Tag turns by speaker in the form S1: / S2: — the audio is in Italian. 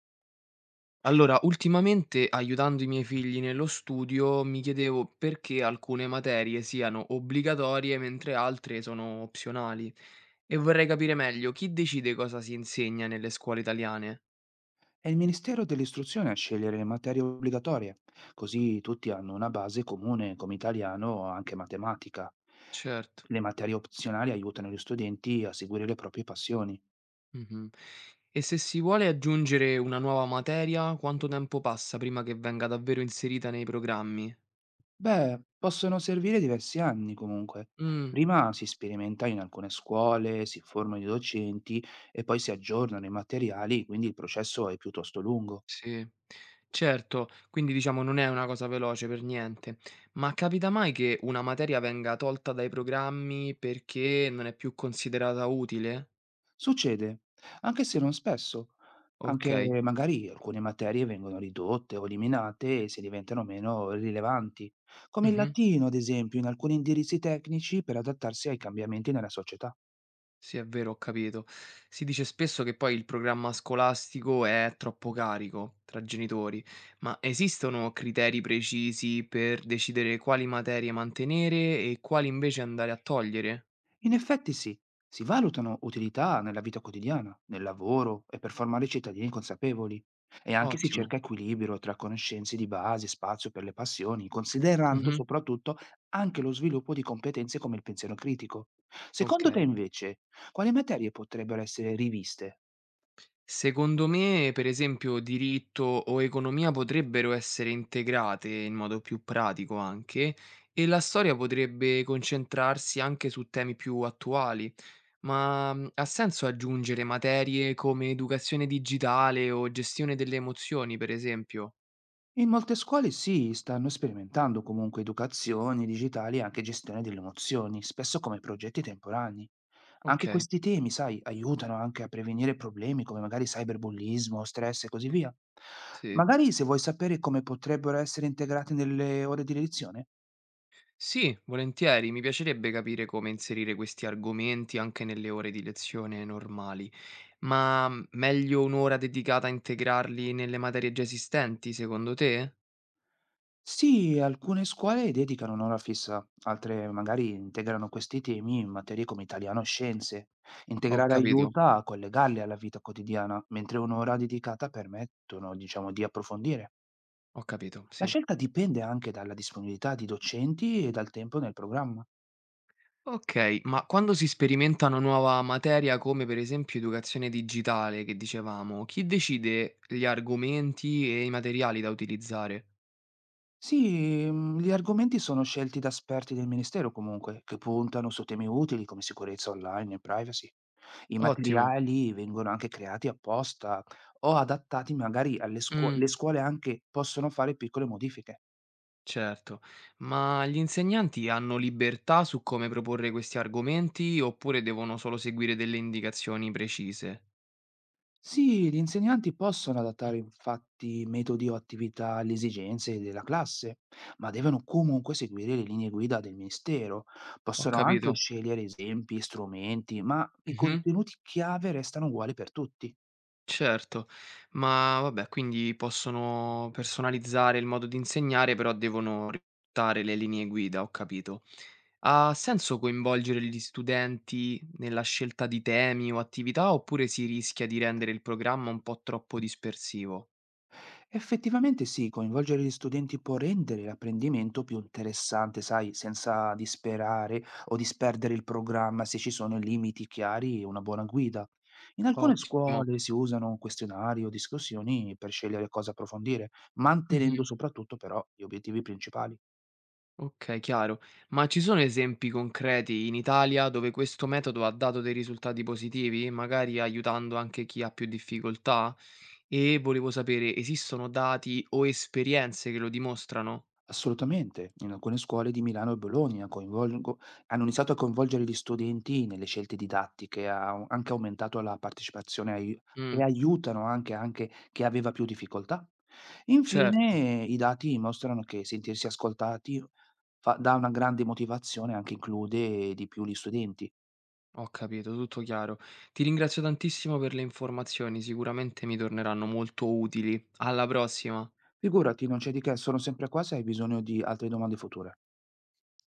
S1: Allora, ultimamente aiutando i miei figli nello studio, mi chiedevo perché alcune materie siano obbligatorie mentre altre sono opzionali e vorrei capire meglio chi decide cosa si insegna nelle scuole italiane.
S2: È il Ministero dell'Istruzione a scegliere le materie obbligatorie, così tutti hanno una base comune come italiano o anche matematica.
S1: Certo.
S2: Le materie opzionali aiutano gli studenti a seguire le proprie passioni.
S1: Mhm. E se si vuole aggiungere una nuova materia, quanto tempo passa prima che venga davvero inserita nei programmi?
S2: Beh, possono servire diversi anni comunque.
S1: Mm.
S2: Prima si sperimenta in alcune scuole, si formano i docenti e poi si aggiornano i materiali, quindi il processo è piuttosto lungo.
S1: Sì, certo, quindi diciamo non è una cosa veloce per niente. Ma capita mai che una materia venga tolta dai programmi perché non è più considerata utile?
S2: Succede, anche se non spesso. Anche
S1: Okay.
S2: magari alcune materie vengono ridotte o eliminate se diventano meno rilevanti, come il
S1: Mh-mh.
S2: latino, ad esempio, in alcuni indirizzi tecnici per adattarsi ai cambiamenti nella società.
S1: Sì, è vero, ho capito. Si dice spesso che poi il programma scolastico è troppo carico tra genitori, ma esistono criteri precisi per decidere quali materie mantenere e quali invece andare a togliere?
S2: In effetti sì, si valutano utilità nella vita quotidiana, nel lavoro e per formare cittadini consapevoli. E anche si
S1: Ottimo.
S2: cerca equilibrio tra conoscenze di base e spazio per le passioni, considerando
S1: Mh-mh.
S2: soprattutto anche lo sviluppo di competenze come il pensiero critico. Secondo te
S1: Okay.
S2: invece, quali materie potrebbero essere riviste?
S1: Secondo me, per esempio, diritto o economia potrebbero essere integrate in modo più pratico anche, e la storia potrebbe concentrarsi anche su temi più attuali, ma ha senso aggiungere materie come educazione digitale o gestione delle emozioni, per esempio?
S2: In molte scuole sì, stanno sperimentando comunque educazioni digitali e anche gestione delle emozioni, spesso come progetti temporanei. Anche
S1: Ok,
S2: questi temi, sai, aiutano anche a prevenire problemi come magari cyberbullismo, stress e così via.
S1: sì.
S2: Magari se vuoi sapere come potrebbero essere integrati nelle ore di lezione.
S1: Sì, volentieri, mi piacerebbe capire come inserire questi argomenti anche nelle ore di lezione normali. Meglio un'ora dedicata a integrarli nelle materie già esistenti, secondo te?
S2: Sì, alcune scuole dedicano un'ora fissa, altre magari integrano questi temi in materie come italiano o scienze.
S1: Ho
S2: Integrare
S1: capito,
S2: aiuta a collegarli alla vita quotidiana, mentre un'ora dedicata permettono, diciamo, di approfondire.
S1: ho capito,
S2: La
S1: sì.
S2: scelta dipende anche dalla disponibilità di docenti e dal tempo nel programma.
S1: Okay, ma quando si sperimenta una nuova materia, come per esempio educazione digitale che dicevamo, chi decide gli argomenti e i materiali da utilizzare?
S2: Sì, gli argomenti sono scelti da esperti del Ministero comunque, che puntano su temi utili come sicurezza online e privacy. I
S1: Ottimo.
S2: materiali vengono anche creati apposta o adattati magari alle scuo
S1: Mh,
S2: le scuole anche possono fare piccole modifiche.
S1: certo. Ma gli insegnanti hanno libertà su come proporre questi argomenti oppure devono solo seguire delle indicazioni precise?
S2: Sì, gli insegnanti possono
S1: Mh,
S2: adattare infatti metodi o attività alle esigenze della classe, ma devono comunque seguire le linee guida del Ministero.
S1: ho
S2: Possono anche
S1: capito.
S2: scegliere esempi e strumenti, ma i
S1: Mh-mh.
S2: contenuti chiave restano uguali per tutti.
S1: Certo, ma vabbè, quindi possono personalizzare il modo di insegnare, però devono rispettare le linee guida, ho capito. Ha senso coinvolgere gli studenti nella scelta di temi o attività, oppure si rischia di rendere il programma un po' troppo dispersivo?
S2: Effettivamente sì, coinvolgere gli studenti può rendere l'apprendimento più interessante, sai, senza disperare o disperdere il programma se ci sono limiti chiari e una buona guida. In alcune
S1: Ottimo.
S2: scuole si usano questionari o discussioni per scegliere cosa approfondire, mantenendo
S1: Mhm.
S2: soprattutto però gli obiettivi principali.
S1: Ok, chiaro. Ma ci sono esempi concreti in Italia dove questo metodo ha dato dei risultati positivi, magari aiutando anche chi ha più difficoltà? E volevo sapere, esistono dati o esperienze che lo dimostrano?
S2: Assolutamente. In alcune scuole di Milano e Bologna hanno iniziato a coinvolgere gli studenti nelle scelte didattiche, ha anche aumentato la partecipazione e
S1: Mh,
S2: aiutano anche, anche chi aveva più difficoltà.
S1: certo,
S2: Infine, i dati mostrano che sentirsi ascoltati dà una grande motivazione, anche include di più gli studenti.
S1: ho capito, tutto chiaro. Ti ringrazio tantissimo per le informazioni, sicuramente mi torneranno molto utili. Alla prossima.
S2: Figurati, non c'è di che, sono sempre qua se hai bisogno di altre domande future.